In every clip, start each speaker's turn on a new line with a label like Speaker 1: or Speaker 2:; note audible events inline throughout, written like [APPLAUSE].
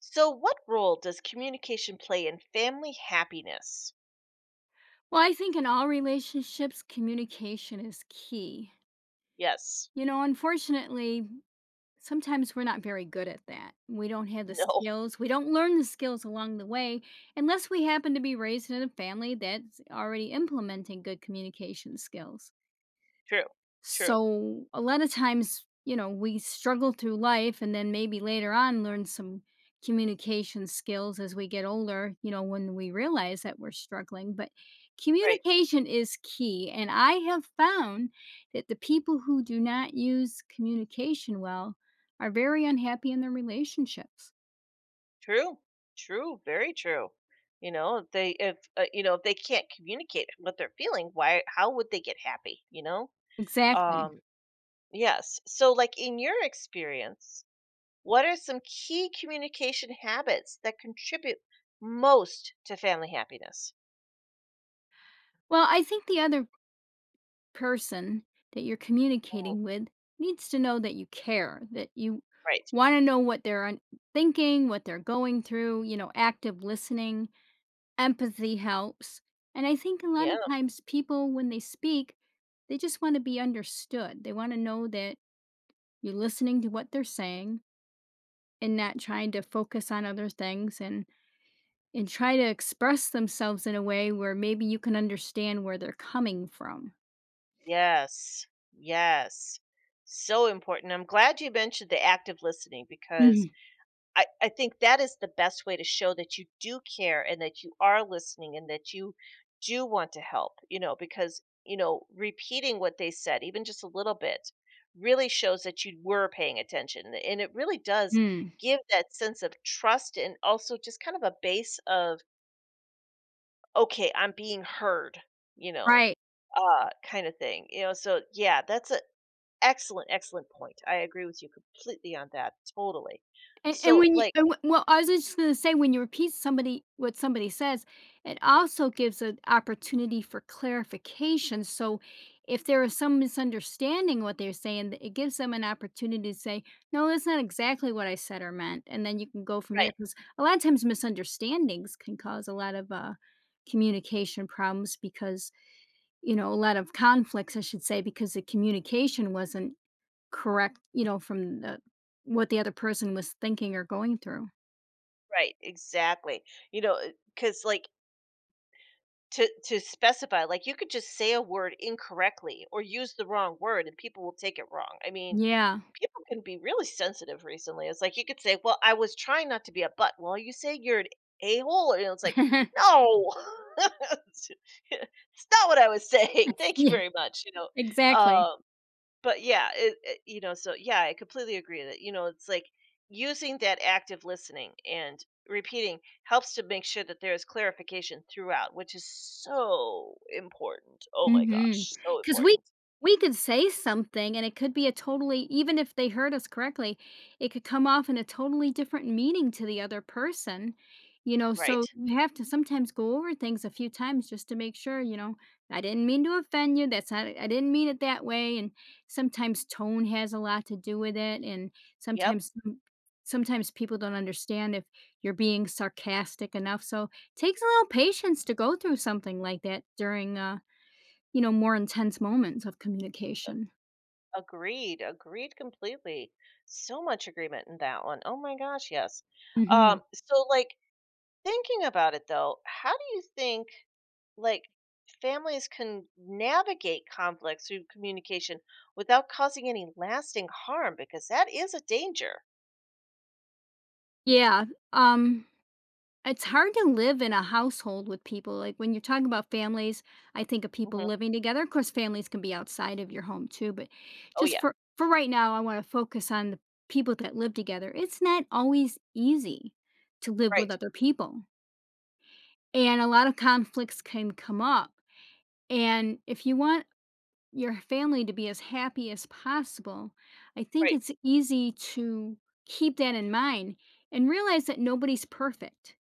Speaker 1: So, what role does communication play in family happiness?
Speaker 2: Well, I think in all relationships, communication is key.
Speaker 1: Yes. [LAUGHS]
Speaker 2: Unfortunately, sometimes we're not very good at that. We don't have the
Speaker 1: No.
Speaker 2: skills. We don't learn the skills along the way unless we happen to be raised in a family that's already implementing good communication skills.
Speaker 1: True. True.
Speaker 2: So a lot of times, we struggle through life and then maybe later on learn some communication skills as we get older, you know, when we realize that we're struggling. But
Speaker 1: Right.
Speaker 2: communication is key. And I have found that the people who do not use communication well are very unhappy in their relationships.
Speaker 1: True. True. Very true. You know, if they if you know if they can't communicate what they're feeling, why? How would they get happy?
Speaker 2: Exactly.
Speaker 1: Um. Yes. So, like in your experience, what are some key communication habits that contribute most to family happiness?
Speaker 2: Well, I think the other person that you're
Speaker 1: Mm,
Speaker 2: communicating with needs to know that you care, that you
Speaker 1: right.
Speaker 2: want to know what they're thinking, what they're going through, you know, active listening, empathy helps. And I think a lot of
Speaker 1: Yeah.
Speaker 2: times people, when they speak, they just want to be understood. They want to know that you're listening to what they're saying and not trying to focus on other things and try to express themselves in a way where maybe you can understand where they're coming from.
Speaker 1: Yes. Yes. So important. I'm glad you mentioned the active listening because I think that is the best way to show that you do care and that you are listening and that you do want to help, you know, because, repeating what they said, even just a little bit, really shows that you were paying attention. And it really does
Speaker 2: Mhm.
Speaker 1: give that sense of trust and also just kind of a base of, okay, I'm being heard, you know,
Speaker 2: Right.
Speaker 1: kind of thing, so yeah, that's a excellent, excellent point. I agree with you completely on that, totally.
Speaker 2: And
Speaker 1: So,
Speaker 2: when you
Speaker 1: like
Speaker 2: I was just gonna say when you repeat somebody what somebody says, it also gives an opportunity for clarification, so if there is some misunderstanding what they're saying, it gives them an opportunity to say, "No, that's not exactly what I said or meant," and then you can go from there
Speaker 1: right,
Speaker 2: because a lot of times misunderstandings can cause a lot of, communication problems because, you know, a lot of conflicts, I should say, because the communication wasn't correct, you know, from the what the other person was thinking or going through.
Speaker 1: right, exactly. You know, because like, to specify, like, you could just say a word incorrectly or use the wrong word, and people will take it wrong. I mean,
Speaker 2: Yeah.
Speaker 1: people can be really sensitive recently. It's like you could say, "Well, I was trying not to be a butt." "Well, are you saying you're an a-hole?" And it's like,
Speaker 2: [LAUGHS]
Speaker 1: "No. [LAUGHS] It's not what I was saying. [LAUGHS] Thank you
Speaker 2: Yeah,
Speaker 1: very much," you know?
Speaker 2: exactly.
Speaker 1: Um but yeah, I completely agree that you know it's like using that active listening and repeating helps to make sure that there is clarification throughout, which is so important. Oh my
Speaker 2: Hmm.
Speaker 1: gosh, so
Speaker 2: Because we
Speaker 1: important,
Speaker 2: we could say something and it could be a totally even if they heard us correctly, it could come off in a totally different meaning to the other person, you know,
Speaker 1: right?
Speaker 2: so you have to sometimes go over things a few times just to make sure, you know, "I didn't mean to offend you, that's not I didn't mean it that way," and sometimes tone has a lot to do with it, and
Speaker 1: Yep,
Speaker 2: sometimes m sometimes people don't understand if you're being sarcastic enough, so it takes a little patience to go through something like that during, you know, more intense moments of communication.
Speaker 1: agreed, agreed completely. So much agreement in that one. Oh my gosh, yes. Um,
Speaker 2: Mhm.
Speaker 1: so like thinking about it though, how do you think? Like families can navigate conflicts through communication without causing any lasting harm because that is a danger.
Speaker 2: Yeah, um, it's hard to live in a household with people, like, when you talk about families, I think of people
Speaker 1: Hmm.
Speaker 2: living together, of course, families can be outside of your home too, but
Speaker 1: Oh
Speaker 2: just
Speaker 1: yeah,
Speaker 2: for right now, I wanna focus on the people that live together. It's not always easy to live with
Speaker 1: right,
Speaker 2: other people, and a lot of conflicts can come up, and if you want your family to be as happy as possible, I think
Speaker 1: right,
Speaker 2: it's easy to keep that in mind and realize that nobody's perfect.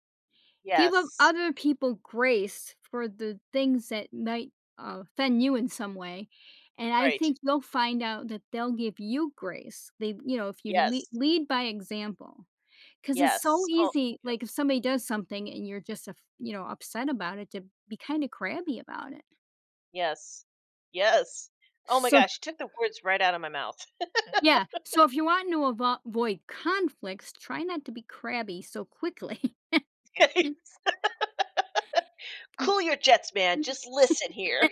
Speaker 2: Give up
Speaker 1: yes,
Speaker 2: other people grace for the things that might offend you in some way. And I
Speaker 1: right,
Speaker 2: think you'll find out that they'll give you grace. They, you know, if you lead,
Speaker 1: yes,
Speaker 2: lead by example, because it's so
Speaker 1: yes, oh
Speaker 2: easy. Like if
Speaker 1: yes,
Speaker 2: somebody does something and you're just, a, you know, upset about it, to be kind of crabby about it.
Speaker 1: yes, yes. Oh my
Speaker 2: So
Speaker 1: gosh, you took the words right out of my mouth.
Speaker 2: yeah, so if you want to avoid conflicts, try not to be crabby so quickly. [LAUGHS]
Speaker 1: [LAUGHS] Cool your jets, man. Just listen here.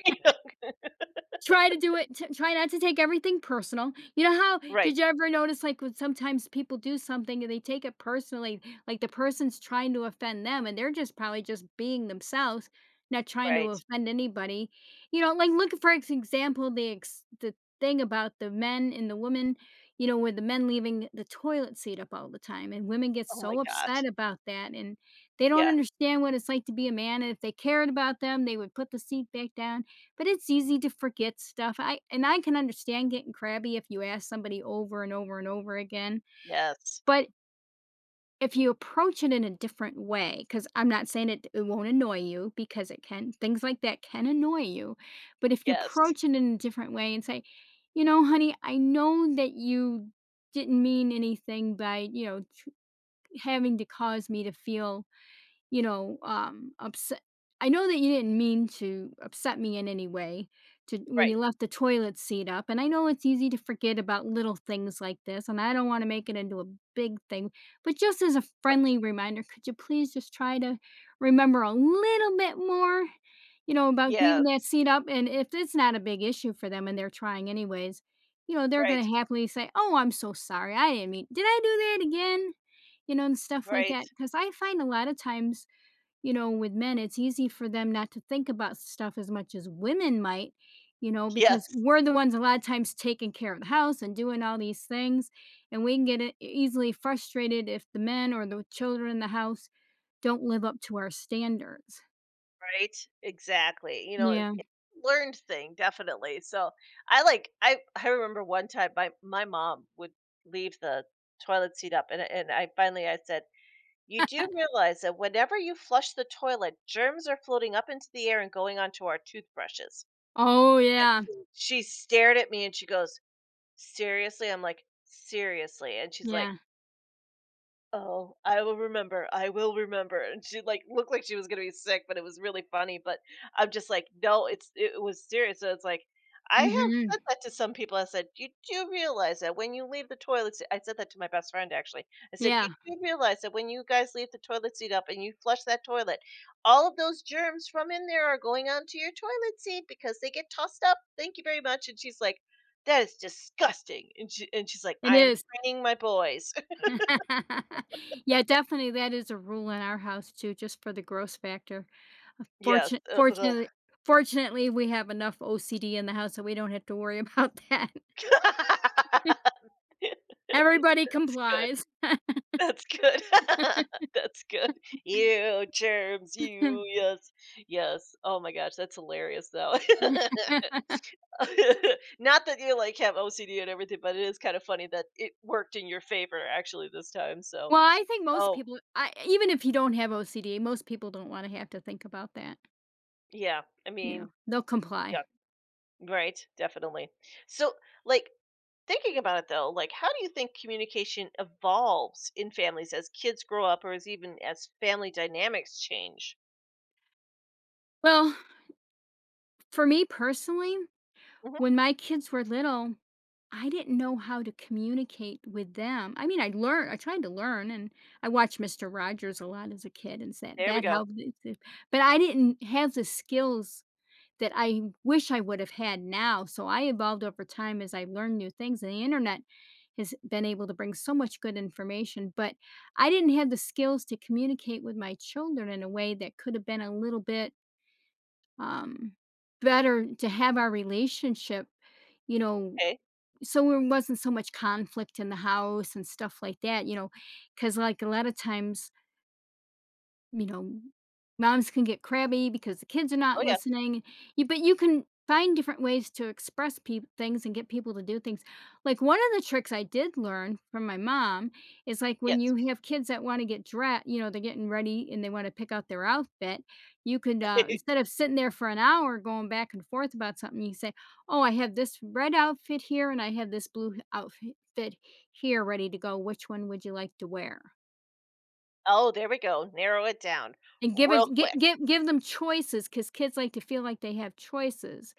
Speaker 2: Try to do it t try not to take everything personal. You know how
Speaker 1: [LAUGHS] Right,
Speaker 2: did you ever notice, like, when sometimes people do something and they take it personally, like the person's trying to offend them, and they're just probably just being themselves, not trying to
Speaker 1: right.
Speaker 2: offend anybody. You know, like, look, for ex example, the ex the thing about the men and the women, you know, with the men leaving the toilet seat up all the time, and women get
Speaker 1: Oh my
Speaker 2: so
Speaker 1: gosh.
Speaker 2: upset about that, and they don't
Speaker 1: Yeah.
Speaker 2: understand what it's like to be a man, and if they cared about them, they would put the seat back down. But it's easy to forget stuff. I and I can understand getting crabby if you ask somebody over and over and over again.
Speaker 1: Yes.
Speaker 2: But if you approach it in a different way, because I'm not saying it, it won't annoy you because it can, things like that can annoy you. But if you
Speaker 1: Yes.
Speaker 2: approach it in a different way and say, you know, honey, I know that you didn't mean anything by, you know, having to cause me to feel you know, upset. I know that you didn't mean to upset me in any way to when
Speaker 1: Right.
Speaker 2: you left the toilet seat up. And I know it's easy to forget about little things like this, and I don't want to make it into a big thing. But just as a
Speaker 1: Right.
Speaker 2: friendly reminder, could you please just try to remember a little bit more, you know, about leaving that
Speaker 1: Yes.
Speaker 2: seat up? And if it's not a big issue for them and they're trying anyways, you know, they're going
Speaker 1: Right.
Speaker 2: to happily say, oh, I'm so sorry. I didn't mean, did I do that again? You know, and stuff like that.
Speaker 1: Right.
Speaker 2: Because I find a lot of times you know, with men, it's easy for them not to think about stuff as much as women might, you know, because
Speaker 1: Yes.
Speaker 2: we're the ones a lot of times taking care of the house and doing all these things. And we can get easily frustrated if the men or the children in the house don't live up to our standards.
Speaker 1: Right? Exactly. You know,
Speaker 2: Yeah.
Speaker 1: it learned thing, definitely. So I like I remember one time my mom would leave the toilet seat up and I finally I said, "You do realize that whenever you flush the toilet, germs are floating up into the air and going onto our toothbrushes."
Speaker 2: Oh,
Speaker 1: And
Speaker 2: yeah.
Speaker 1: she stared at me and she goes, "Seriously?" I'm like, "Seriously." And she's like,
Speaker 2: Yeah.
Speaker 1: oh, I will remember. I will remember. And she like looked like she was gonna be sick, but it was really funny. But I'm just like, no, it's it was serious. So it's like I
Speaker 2: Mm
Speaker 1: have said
Speaker 2: hmm.
Speaker 1: that to some people. I said, you do realize that when you leave the toilet seat, I said that to my best friend actually. I said, you
Speaker 2: Yeah.
Speaker 1: do realize that when you guys leave the toilet seat up and you flush that toilet, all of those germs from in there are going onto your toilet seat because they get tossed up. Thank you very much. And she's like, that is disgusting. And she's like,
Speaker 2: It
Speaker 1: I am
Speaker 2: is.
Speaker 1: training my boys. [LAUGHS]
Speaker 2: [LAUGHS] Yeah, definitely, that is a rule in our house too, just for the gross factor. Uh,
Speaker 1: Yes.
Speaker 2: fortunately Fortunately, we have enough OCD in the house that we don't have to worry about that.
Speaker 1: [LAUGHS]
Speaker 2: [LAUGHS] Everybody
Speaker 1: That's good.
Speaker 2: complies.
Speaker 1: That's good. [LAUGHS] That's good. You germs, you
Speaker 2: [LAUGHS]
Speaker 1: yes, yes. Oh my gosh, that's hilarious though. [LAUGHS] [LAUGHS] Not that you like have OCD and everything, but it is kind of funny that it worked in your favor actually this time. So,
Speaker 2: Well, I think most
Speaker 1: oh
Speaker 2: people I even if you don't have OCD, most people don't wanna have to think about that,
Speaker 1: yeah, I
Speaker 2: you know?
Speaker 1: mean,
Speaker 2: They'll
Speaker 1: yeah,
Speaker 2: comply.
Speaker 1: right, definitely. So, like, thinking about it though, like how do you think communication evolves in families as kids grow up or as even as family dynamics change?
Speaker 2: Well, for me personally
Speaker 1: Mhm.
Speaker 2: when my kids were little, I didn't know how to communicate with them. I mean, I learned I tried to learn, and I watched Mister Rogers a lot as a kid, and that
Speaker 1: There we
Speaker 2: that
Speaker 1: go.
Speaker 2: helped me to but I didn't have the skills that I wish I would have had now, so I evolved over time as I learned new things, and the Internet has been able to bring so much good information, but I didn't have the skills to communicate with my children in a way that could have been a little bit, um, better to have our relationship you know,
Speaker 1: Okay.
Speaker 2: so there wasn't so much conflict in the house and stuff like that, you know, because like, a lot of times you know, moms can get crabby because the kids are
Speaker 1: Oh
Speaker 2: not
Speaker 1: yeah.
Speaker 2: listening, you but you can find different ways to express peop things and get people to do things. Like, one of the tricks I did learn from my mom is, like, when
Speaker 1: Yes.
Speaker 2: you have kids that wanna get dressed. You know, they're getting ready and they wanna pick out their outfit, you could, instead of
Speaker 1: [LAUGHS]
Speaker 2: sitting there for an hour going back and forth about something, you say, "Oh, I have this red outfit here, and I have this blue outfit here ready to go. Which one would you like to wear?"
Speaker 1: Oh, there we go. Narrow it down
Speaker 2: And give
Speaker 1: real
Speaker 2: it
Speaker 1: quick.
Speaker 2: give them choices, cause kids like to feel like they have choices.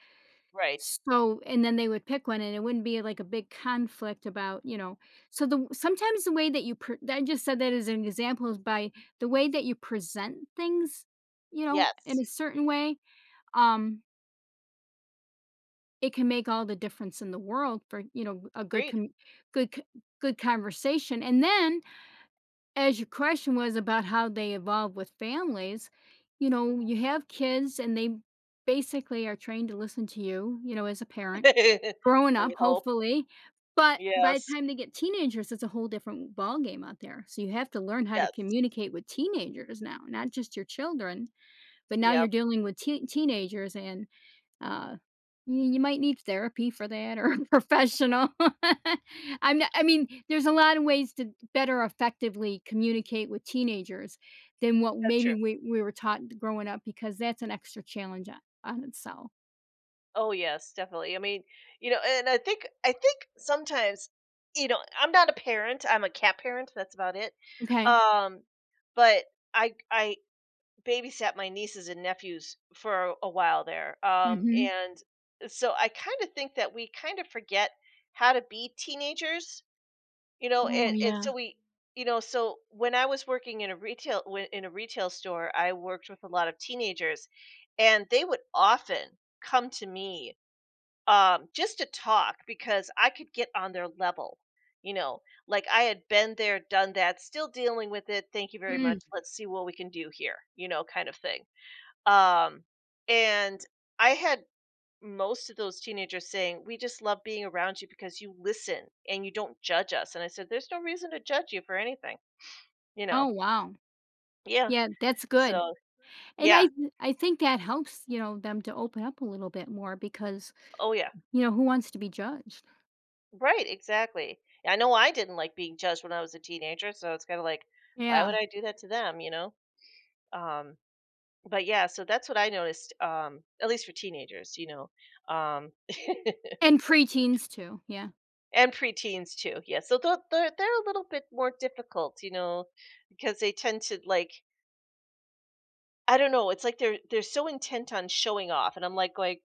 Speaker 1: Right.
Speaker 2: So and then they would pick one, and it wouldn't be like a big conflict about, you know so the sometimes the way that you pre I just said that as an example is by the way that you present things, you know, in
Speaker 1: Yes.
Speaker 2: a certain way, um, it can make all the difference in the world for, you know, a good
Speaker 1: Agreed.
Speaker 2: com good c good conversation, and then as your question was about how they evolve with families, you know, you have kids and they basically are trained to listen to you, you know, as a parent
Speaker 1: [LAUGHS]
Speaker 2: growing up,
Speaker 1: We hope.
Speaker 2: hopefully. But by the
Speaker 1: Yes.
Speaker 2: time they get teenagers, it's a whole different ballgame out there. So you have to learn how to
Speaker 1: Yes.
Speaker 2: communicate with teenagers now, not just your children, but now you're
Speaker 1: Yep.
Speaker 2: dealing with teenagers and uh, you you might need therapy for that or a professional. [LAUGHS] I'm not I mean, there's a lot of ways to better effectively communicate with teenagers than what
Speaker 1: That's true.
Speaker 2: maybe we were taught growing up because that's an extra challenge on itself.
Speaker 1: Oh yes, definitely. I mean, you know, and I think sometimes, you know, I'm not a parent. I'm a cat parent. That's about it.
Speaker 2: Okay.
Speaker 1: Um, but I babysat my nieces and nephews for a while there.
Speaker 2: Mhm.
Speaker 1: And so I kind of think that we kind of forget how to be teenagers. You know,
Speaker 2: Oh, yeah.
Speaker 1: so when I was working in a retail when, in a retail store, I worked with a lot of teenagers, and they would often come to me just to talk because I could get on their level. You know, like I had been there, done that, still dealing with it. Thank you very
Speaker 2: Mm.
Speaker 1: much. Let's see what we can do here, you know, kind of thing. Um, and I had most of those teenagers saying, we just love being around you because you listen and you don't judge us. And I said, there's no reason to judge you for anything, you
Speaker 2: Oh,
Speaker 1: know.
Speaker 2: wow.
Speaker 1: Yeah.
Speaker 2: Yeah, that's good.
Speaker 1: So,
Speaker 2: And
Speaker 1: yeah.
Speaker 2: I think that helps, you know, them to open up a little bit more because,
Speaker 1: Oh, yeah.
Speaker 2: you know, who wants to be judged?
Speaker 1: Right. Exactly. I know I didn't like being judged when I was a teenager. So it's kind of like, why
Speaker 2: Yeah.
Speaker 1: would I do that to them? You know? Um, but yeah, so that's what I noticed, at least for teenagers, you know, um, [LAUGHS]
Speaker 2: And preteens too. Yeah.
Speaker 1: and preteens too. Yeah, so they're, they're a little bit more difficult, you know, because they tend to like I don't know. It's like they're so intent on showing off, and I'm like going,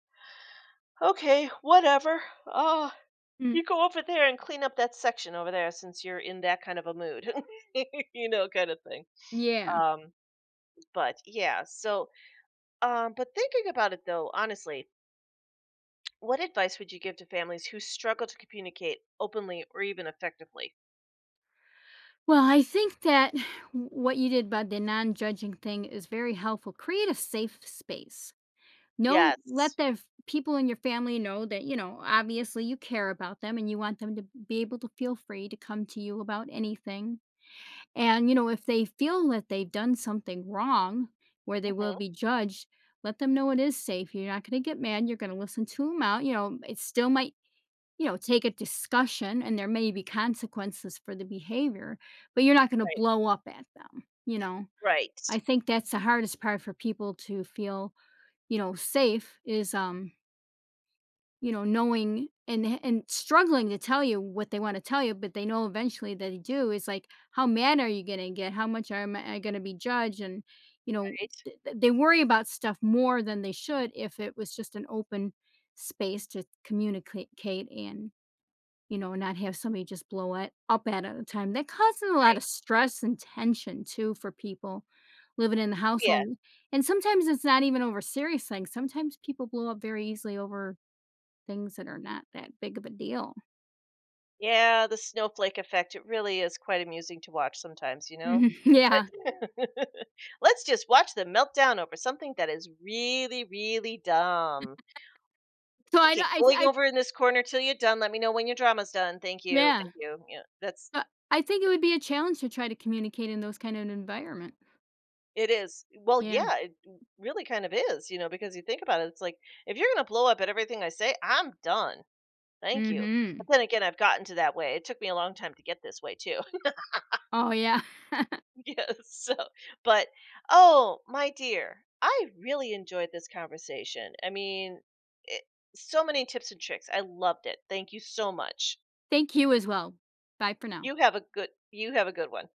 Speaker 1: okay, whatever. Oh,
Speaker 2: Mm.
Speaker 1: you go over there and clean up that section over there since you're in that kind of a mood, [LAUGHS] you know, kind of thing.
Speaker 2: Yeah.
Speaker 1: Um, but yeah, so but thinking about it though, honestly, what advice would you give to families who struggle to communicate openly or even effectively?
Speaker 2: Well, I think that what you did about the non-judging thing is very helpful. Create a safe space. No, let
Speaker 1: Yes.
Speaker 2: the people in your family know that, you know, obviously you care about them and you want them to be able to feel free to come to you about anything. And, you know, if they feel that they've done something wrong where they will
Speaker 1: Mhm.
Speaker 2: be judged, let them know it is safe. You're not going to get mad. You're going to listen to them out. You know, it still might you know, take a discussion and there may be consequences for the behavior, but you're not going to
Speaker 1: Right.
Speaker 2: blow up at them, you know. I
Speaker 1: Right.
Speaker 2: think that's the hardest part for people to feel, you know, safe is you know, knowing and struggling to tell you what they want to tell you, but they know eventually that they do is like how mad are you going to get? How much am I going to be judged and you know,
Speaker 1: Right.
Speaker 2: they worry about stuff more than they should if it was just an open space to communicate and you know, not have somebody just blow it up at it at a time. That causes a lot
Speaker 1: Right.
Speaker 2: of stress and tension too for people living in the
Speaker 1: Yeah.
Speaker 2: household. And sometimes it's not even over serious things. Sometimes people blow up very easily over things that are not that big of a deal.
Speaker 1: Yeah. The snowflake effect. It really is quite amusing to watch sometimes, you know?
Speaker 2: Mhm, [LAUGHS] yeah.
Speaker 1: [LAUGHS] Let's just watch them melt down over something that is really, really dumb.
Speaker 2: So I know
Speaker 1: Okay, going
Speaker 2: I
Speaker 1: over in this corner till you're done. Let me know when your drama's done. Thank you.
Speaker 2: yeah.
Speaker 1: Thank you. Yeah, that's
Speaker 2: Uh, I think it would be a challenge to try to communicate in those kind of an environment.
Speaker 1: it is. Well,
Speaker 2: Yeah.
Speaker 1: yeah, it really kind of is, you know, because you think about it, it's like if you're going to blow up at everything I say, I'm done. Thank you. But
Speaker 2: Mhm.
Speaker 1: then again, I've gotten to that way. It took me a long time to get this way too.
Speaker 2: Oh, yeah. [LAUGHS]
Speaker 1: [LAUGHS] Yes. So, but oh, my dear, I really enjoyed this conversation. I mean, it, so many tips and tricks. I loved it. Thank you so much.
Speaker 2: Thank you as well. Bye for now.
Speaker 1: You have a good you have a good one.